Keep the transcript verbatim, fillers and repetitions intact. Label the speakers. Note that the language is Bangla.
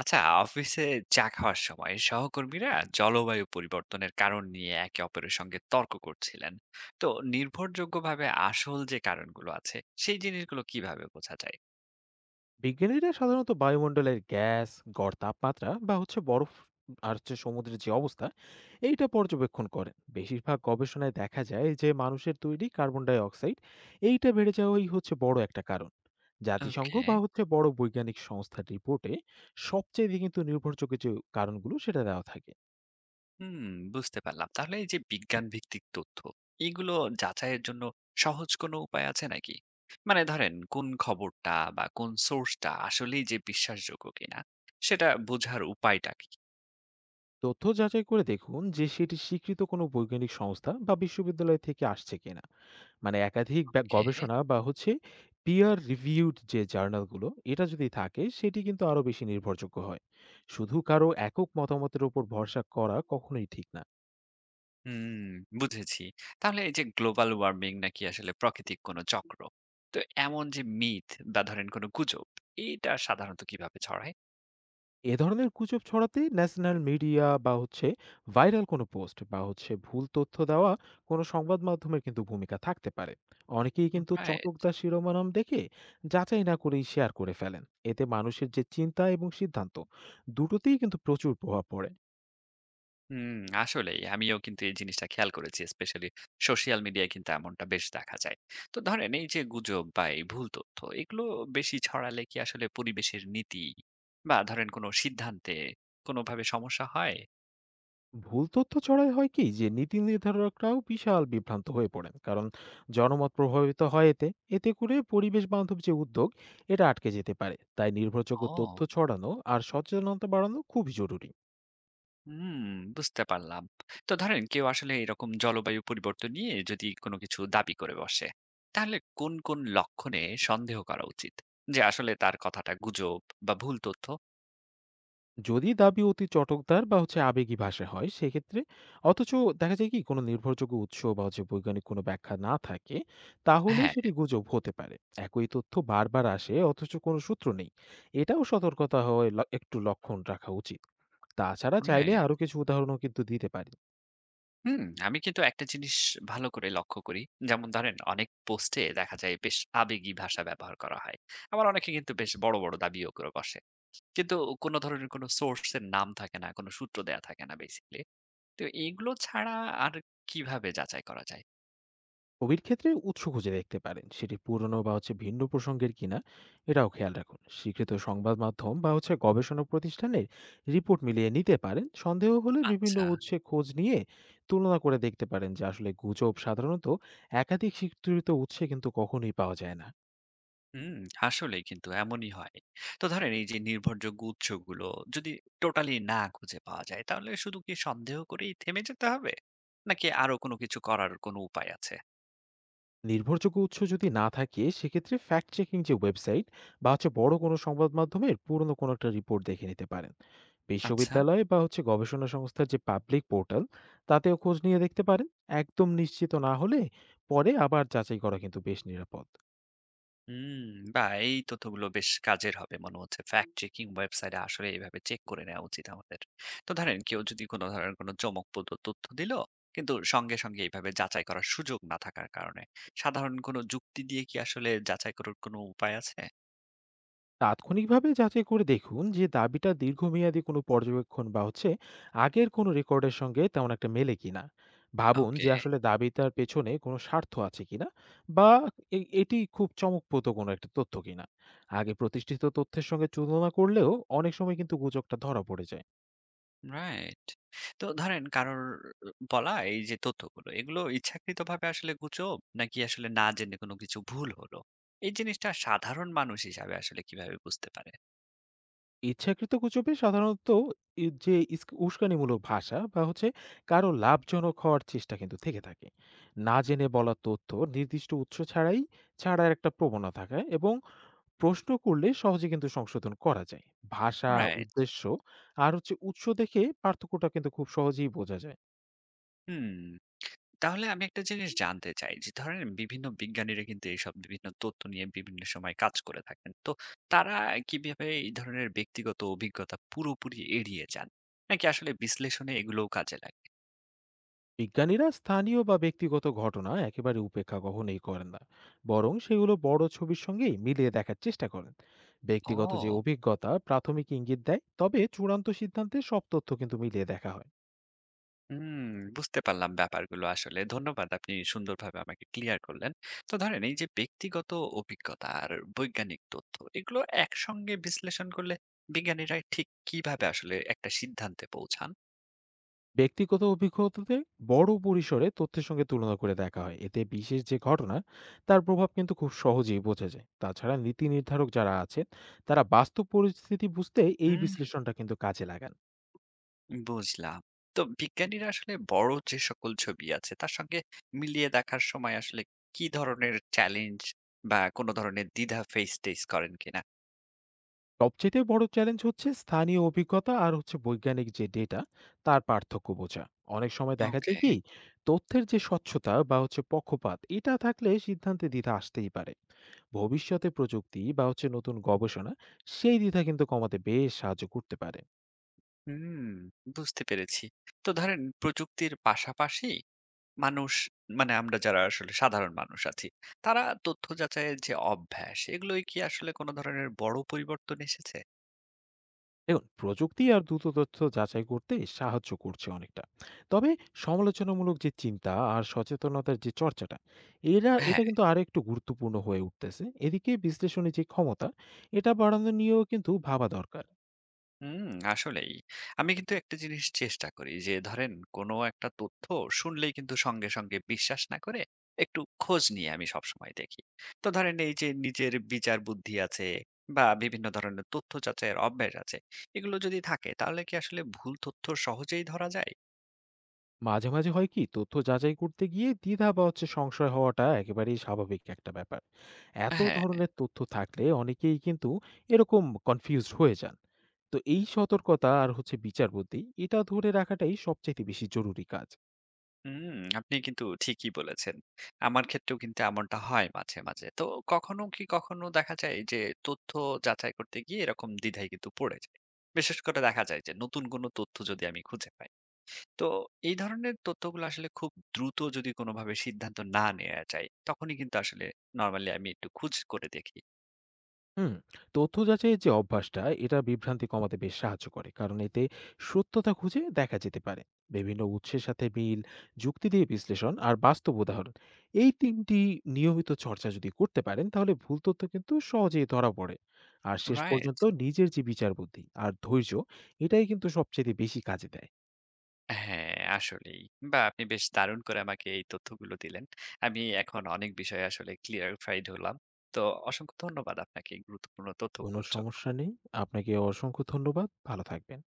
Speaker 1: আচ্ছা, অফিসে চা খাওয়ার সময় সহকর্মীরা জলবায়ু পরিবর্তনের কারণ নিয়ে একে অপরের সঙ্গে তর্ক করছিলেন। তো নির্ভরযোগ্যভাবে আসল যে কারণগুলো আছে সেই জিনিসগুলো কিভাবে বোঝা যায়?
Speaker 2: বিজ্ঞানীরা সাধারণত বায়ুমণ্ডলের গ্যাস, গড় তাপমাত্রা বা হচ্ছে বরফ, আর হচ্ছে সমুদ্রের যে অবস্থা, এইটা পর্যবেক্ষণ করেন। বেশিরভাগ গবেষণায় দেখা যায় যে মানুষের তৈরি কার্বন ডাই অক্সাইড, এইটা বেড়ে যাওয়াই হচ্ছে বড় একটা কারণ। জাতিসংঘ
Speaker 1: ওকে।
Speaker 2: বা হচ্ছে বড় বৈজ্ঞানিক সংস্থার রিপোর্টে সবচেয়ে কিন্তু নির্ভরযোগ্য যে কারণগুলো, সেটা দেওয়া থাকে।
Speaker 1: হুম, বুঝতে পারলাম। তাহলে এই যে বিজ্ঞান ভিত্তিক তথ্য, এগুলো যাচাইয়ের জন্য সহজ কোনো উপায় আছে নাকি? মানে ধরেন কোন খবরটা বা কোন সোর্সটা আসলেই যে বিশ্বাসযোগ্য কিনা সেটা বোঝার উপায়টা কি?
Speaker 2: তথ্য যাচাই করে দেখুন যে সেটি স্বীকৃত কোনো বৈজ্ঞানিক সংস্থা বা বিশ্ববিদ্যালয় থেকে আসছে কিনা। মানে একাধিক ব্যা
Speaker 1: ওকে।
Speaker 2: গবেষণা বা হচ্ছে peer reviewed যে জার্নালগুলো, এটা যদি থাকে সেটি কিন্তু আরো বেশি নির্ভরযোগ্য হয়। শুধু কারো একক মতামতের উপর ভরসা করা কখনোই ঠিক না।
Speaker 1: হুম, বুঝেছি। তাহলে এই যে গ্লোবাল ওয়ার্মিং নাকি আসলে প্রাকৃতিক কোনো চক্র। তো এমন যে মিথ বা ধরেন কোনো গুজব, এইটা সাধারণত কিভাবে ছড়ায়?
Speaker 2: এ ধরনের গুজব ছড়াতে ন্যাশনাল মিডিয়া বা হচ্ছে ভাইরাল কোনো পোস্ট বা হচ্ছে ভুল তথ্য দেওয়া কোনো সংবাদ মাধ্যমের কিন্তু ভূমিকা থাকতে পারে। অনেকেই কিন্তু
Speaker 1: রাইট।
Speaker 2: চটকদার শিরোনাম দেখে যাচাই না করেই শেয়ার করে ফেলেন। এতে মানুষের যে চিন্তা এবং সিদ্ধান্ত, দুটোতেই কিন্তু প্রচুর প্রভাব পড়ে।
Speaker 1: হুম, আসলেই আমিও কিন্তু এই জিনিসটা খেয়াল করেছি। স্পেশালি সোশ্যাল মিডিয়ায় কিন্তু এমনটা বেশ দেখা যায়। তো ধরেন এই যে গুজব বা এই ভুল তথ্য, এগুলো বেশি ছড়ালে কি আসলে পরিবেশের নীতি বা ধরেন কোনো সিদ্ধান্তে কোনোভাবে সমস্যা হয়?
Speaker 2: ভুল তথ্য ছড়ায় হয় কি যে নীতি নির্ধারকরাও বিশাল বিভ্রান্ত হয়ে পড়েন, কারণ জনমত প্রভাবিত হয় এতে। এতে করে পরিবেশ বান্ধব যে উদ্যোগ, এটা আটকে যেতে পারে। তাই নির্ভরযোগ্য তথ্য
Speaker 1: ও!
Speaker 2: ছড়ানো আর সচেতনতা বাড়ানো খুব জরুরি।
Speaker 1: হুম, বুঝতে পারলাম। তো ধরেন কেউ আসলে এরকম জলবায়ু পরিবর্তন নিয়ে যদি কোনো কিছু দাবি করে বসে, তাহলে কোন, কোন লক্ষণে সন্দেহ করা উচিত? যে আসলে তার কথাটা গুজব বা ভুল তথ্য?
Speaker 2: যদি দাবি অতি চটকদার বা হচ্ছে আবেগী ভাষা হয় সেক্ষেত্রে, অথচ দেখা যায় কি কোনো নির্ভরযোগ্য উৎস বা হচ্ছে বৈজ্ঞানিক কোনো ব্যাখ্যা না থাকে, তাহলে
Speaker 1: হ্যাঁ,
Speaker 2: সেটি গুজব হতে পারে। একই তথ্য বারবার আসে অথচ কোনো সূত্র নেই, এটাও সতর্কতা হয়। ল- একটু লক্ষণ রাখা উচিত। তাছাড়া চাইলে
Speaker 1: রাইট।
Speaker 2: আরো কিছু উদাহরণও কিন্তু দিতে পারি।
Speaker 1: হুম, আমি কিন্তু একটা জিনিস ভালো করে লক্ষ্য করি। যেমন ধরেন অনেক পোস্টে দেখা যায় বেশ আবেগী ভাষা ব্যবহার করা হয়। আবার অনেকে কিন্তু বেশ বড়, বড় দাবিও করে বসে। কিন্তু কোনো ধরনের কোনো সোর্স এর নাম থাকে না, কোনো সূত্র দেয়া থাকে না বেসিক্যালি। তো এগুলো ছাড়া আর কিভাবে যাচাই করা যায়?
Speaker 2: ছবির ক্ষেত্রে উৎস খুঁজে দেখতে পারেন সেটি পুরনো বা হচ্ছে ভিন্ন প্রসঙ্গের কিনা। এটাও খেয়াল রাখুন, স্বীকৃত সংবাদ মাধ্যম বা হচ্ছে গবেষণা প্রতিষ্ঠানের রিপোর্ট মিলিয়ে নিতে পারেন। সন্দেহ হলে বিভিন্ন
Speaker 1: আচ্ছা।
Speaker 2: উৎসে খোঁজ নিয়ে তুলনা করে দেখতে পারেন যে আসলে গুজব সাধারণত একাধিক স্বীকৃত উৎসে কিন্তু কখনোই পাওয়া যায় না।
Speaker 1: হুম, আসলেই কিন্তু এমনই হয়। তো ধরেন এই যে নির্ভরযোগ্য উৎসগুলো যদি টোটালি না খুঁজে পাওয়া যায়, তাহলে শুধু কি সন্দেহ করেই থেমে যেতে হবে? নাকি আরো কোনো কিছু করার কোনো উপায় আছে?
Speaker 2: নির্ভরযোগ্য উৎস যদি না থাকে সেক্ষেত্রে ফ্যাক্ট চেকিং যে ওয়েবসাইট বা হচ্ছে বড় কোনো সংবাদ মাধ্যমের পুরনো কোনো একটা রিপোর্ট দেখে নিতে পারেন।
Speaker 1: আচ্ছা।
Speaker 2: বিশ্ববিদ্যালয় বা হচ্ছে গবেষণা সংস্থার যে পাবলিক পোর্টাল, তাতেও খোঁজ নিয়ে দেখতে পারেন। একদম নিশ্চিত না হলে পরে আবার যাচাই করা কিন্তু বেশ নিরাপদ।
Speaker 1: হুম, বাহ! এই তথ্যগুলো বেশ কাজের হবে মনে হচ্ছে। ফ্যাক্ট চেকিং ওয়েবসাইটে আসলে এভাবে চেক করে নেওয়া উচিত আমাদের। তো ধরেন কেউ যদি কোনো ধরনের কোনো চমকপ্রদ তথ্য দিল, কিন্তু সঙ্গে, সঙ্গে এইভাবে যাচাই করার সুযোগ না থাকার কারণে, সাধারণ কোনো যুক্তি দিয়ে কি আসলে যাচাই করার কোনো উপায় আছে?
Speaker 2: তাৎক্ষণিকভাবে যাচাই করে দেখুন যে দাবিটা দীর্ঘমেয়াদী কোনো পর্যবেক্ষণ বা হচ্ছে আগের কোনো রেকর্ডের সঙ্গে তেমন একটা মেলে কিনা। ভাবুন
Speaker 1: ওকে।
Speaker 2: যে আসলে দাবিটার পেছনে কোনো স্বার্থ আছে কিনা, বা এ- এটি খুব চমকপ্রদ কোনো একটা তথ্য কিনা। আগে প্রতিষ্ঠিত তথ্যের সঙ্গে তুলনা করলেও অনেক সময় কিন্তু গুজবটা ধরা পড়ে যায়।
Speaker 1: রাইট। তো ধরেন কারোর বলা এই যে তথ্যগুলো এগুলো ইচ্ছাকৃতভাবে আসলে গুজব নাকি আসলে না জেনে কোনো কিছু ভুল হলো? এই জিনিসটা সাধারণ মানুষ হিসাবে আসলে কিভাবে বুঝতে পারে?
Speaker 2: ইচ্ছাকৃত গুজবে সাধারণত ই যে ইস উস্কানিমূলক ভাষা বা হচ্ছে কারো লাভজনক হওয়ার চেষ্টা কিন্তু থেকে থাকে। না জেনে বলা তথ্য নির্দিষ্ট উৎস ছাড়াই ছাড়ার একটা প্রবণতা থাকে এবং প্রশ্ন করলে সহজে কিন্তু সংশোধন করা যায়। ভাষা,
Speaker 1: রাইট।
Speaker 2: উদ্দেশ্য আর হচ্ছে উৎস দেখে পার্থক্যটা কিন্তু খুব সহজেই বোঝা যায়।
Speaker 1: হুম। তাহলে আমি একটা জিনিস জানতে চাই যে ধরেন বিভিন্ন বিজ্ঞানীরা কিন্তু এইসব বিভিন্ন তথ্য নিয়ে বিভিন্ন সময় কাজ করে থাকেন। তো তারা কিভাবে এই ধরনের ব্যক্তিগত অভিজ্ঞতা পুরোপুরি এড়িয়ে যান? নাকি আসলে বিশ্লেষণে এগুলোও কাজে লাগে?
Speaker 2: বিজ্ঞানীরা স্থানীয় বা ব্যক্তিগত ঘটনা একেবারে উপেক্ষা কখনোই করেন না, বরং সেগুলো বড় ছবির সঙ্গেই মিলিয়ে দেখার চেষ্টা করেন। ব্যক্তিগত যে
Speaker 1: ও!
Speaker 2: অভিজ্ঞতা প্রাথমিক ইঙ্গিত দেয়, তবে চূড়ান্ত সিদ্ধান্তে সব তথ্য কিন্তু মিলিয়ে দেখা হয়।
Speaker 1: হুম, বুঝতে পারলাম ব্যাপারগুলো আসলে। ধন্যবাদ, আপনি সুন্দরভাবে আমাকে ক্লিয়ার করলেন। তো ধরেন এই যে ব্যক্তিগত অভিজ্ঞতা আর বৈজ্ঞানিক তথ্য, এগুলো একসঙ্গে বিশ্লেষণ করলে বিজ্ঞানীরা ঠিক কিভাবে আসলে একটা সিদ্ধান্তে পৌঁছান?
Speaker 2: ব্যক্তিগত অভিজ্ঞতাতে বড় পরিসরে তথ্যের সঙ্গে তুলনা করে দেখা হয়। এতে বিশেষ যে ঘটনা, তার প্রভাব কিন্তু খুব সহজেই বোঝা যায়। তাছাড়া নীতি নির্ধারক যারা আছেন, তারা বাস্তব পরিস্থিতি বুঝতে এই
Speaker 1: হুম,
Speaker 2: বিশ্লেষণটা কিন্তু কাজে লাগান।
Speaker 1: বুঝলাম। তো বিজ্ঞানীরা আসলে বড় যে সকল ছবি আছে তার সঙ্গে মিলিয়ে দেখার সময় আসলে কি ধরনের চ্যালেঞ্জ বা কোনো ধরনের দ্বিধা ফেস টেস করেন কিনা?
Speaker 2: সবচেয়ে বড় চ্যালেঞ্জ হচ্ছে স্থানীয় অভিজ্ঞতা আর হচ্ছে বৈজ্ঞানিক যে ডেটা, তার পার্থক্য বোঝা। অনেক সময় দেখা যায়
Speaker 1: ওকে।
Speaker 2: কি তথ্যের যে স্বচ্ছতা বা হচ্ছে পক্ষপাত, এটা থাকলে সিদ্ধান্তে দ্বিধা আসতেই পারে। ভবিষ্যতে প্রযুক্তি বা হচ্ছে নতুন গবেষণা সেই দ্বিধা কিন্তু কমাতে বেশ সাহায্য করতে পারে।
Speaker 1: হুম, বুঝতে পেরেছি। তো ধরেন প্রযুক্তির পাশাপাশি মানুষ, মানে আমরা যারা আসলে সাধারণ মানুষ আছি, তারা তথ্য যাচাইয়ের যে অভ্যাস, এগুলোই কি আসলে কোনো ধরনের বড় পরিবর্তন এসেছে?
Speaker 2: দেখুন, প্রযুক্তি আর দ্রুত তথ্য যাচাই করতে সাহায্য করছে অনেকটা। তবে সমালোচনামূলক যে চিন্তা আর সচেতনতার যে চর্চাটা, এরা
Speaker 1: হ্যাঁ,
Speaker 2: এটা কিন্তু আরো একটু গুরুত্বপূর্ণ হয়ে উঠতেছে। এদিকে বিশ্লেষণের যে ক্ষমতা, এটা বাড়ানো নিয়েও কিন্তু ভাবা দরকার।
Speaker 1: হুম, আসলেই। আমি কিন্তু একটা জিনিস চেষ্টা করি যে ধরেন কোনো একটা তথ্য শুনলেই কিন্তু সঙ্গে, সঙ্গে বিশ্বাস না করে একটু খোঁজ নিয়ে আমি সবসময় দেখি। তো ধরেন এই যে নিজের বিচার বুদ্ধি আছে বা বিভিন্ন ধরনের তথ্য যাচাইয়ের অভ্যাস আছে, এগুলো যদি থাকে তাহলে কি আসলে ভুল তথ্য সহজেই ধরা যায়?
Speaker 2: মাঝে মাঝে হয় কি তথ্য যাচাই করতে গিয়ে দ্বিধা বা হচ্ছে সংশয় হওয়াটা একেবারেই স্বাভাবিক একটা ব্যাপার। এত
Speaker 1: হ্যাঁ।
Speaker 2: ধরনের তথ্য থাকলে অনেকেই কিন্তু এরকম কনফিউজড হয়ে যান। তো এই সতর্কতা আর হচ্ছে বিচার বুদ্ধি, এটা ধরে রাখাটাই সবচেয়ে বেশি জরুরি কাজ।
Speaker 1: হুম, আপনি কিন্তু ঠিকই বলেছেন। আমার ক্ষেত্রেও কিন্তু এমনটা হয় মাঝে, মাঝে। তো কখনো কি কখনো দেখা যায় যে তথ্য যাচাই করতে গিয়ে এরকম দ্বিধায় কিন্তু পড়ে যাই। বিশেষ করে দেখা যায় যে নতুন কোনো তথ্য যদি আমি খুঁজে পাই। তো এই ধরনের তথ্যগুলো আসলে খুব দ্রুত যদি কোনোভাবে সিদ্ধান্ত না নেয়া যায়, তখনই কিন্তু আসলে নরমালি আমি একটু খোঁজ করে দেখি।
Speaker 2: হুম, তথ্য যাচাইয়ের যে অভ্যাসটা, এটা বিভ্রান্তি কমাতে বেশ সাহায্য করে, কারণ এতে সত্যতা খুঁজে দেখা যেতে পারে। বিভিন্ন উৎসের সাথে মিল, যুক্তি দিয়ে বিশ্লেষণ আর বাস্তব উদাহরণ, এই তিনটি নিয়মিত চর্চা যদি করতে পারেন তাহলে ভুল তথ্য কিন্তু সহজেই ধরা পড়ে। আর শেষ
Speaker 1: রাইট?
Speaker 2: পর্যন্ত নিজের যে বিচার বুদ্ধি আর ধৈর্য, এটাই কিন্তু সবচেয়ে বেশি কাজে দেয়।
Speaker 1: হ্যাঁ, আসলেই। বা আপনি বেশ দারুণ করে আমাকে এই তথ্যগুলো দিলেন। আমি এখন অনেক বিষয়ে আসলে clarified হলাম। তো অসংখ্য ধন্যবাদ আপনাকে এই গুরুত্বপূর্ণ
Speaker 2: কোনো
Speaker 1: তথ্যগুলোর জন্য।
Speaker 2: সমস্যা নেই। আপনাকে অসংখ্য ধন্যবাদ, ভালো থাকবেন।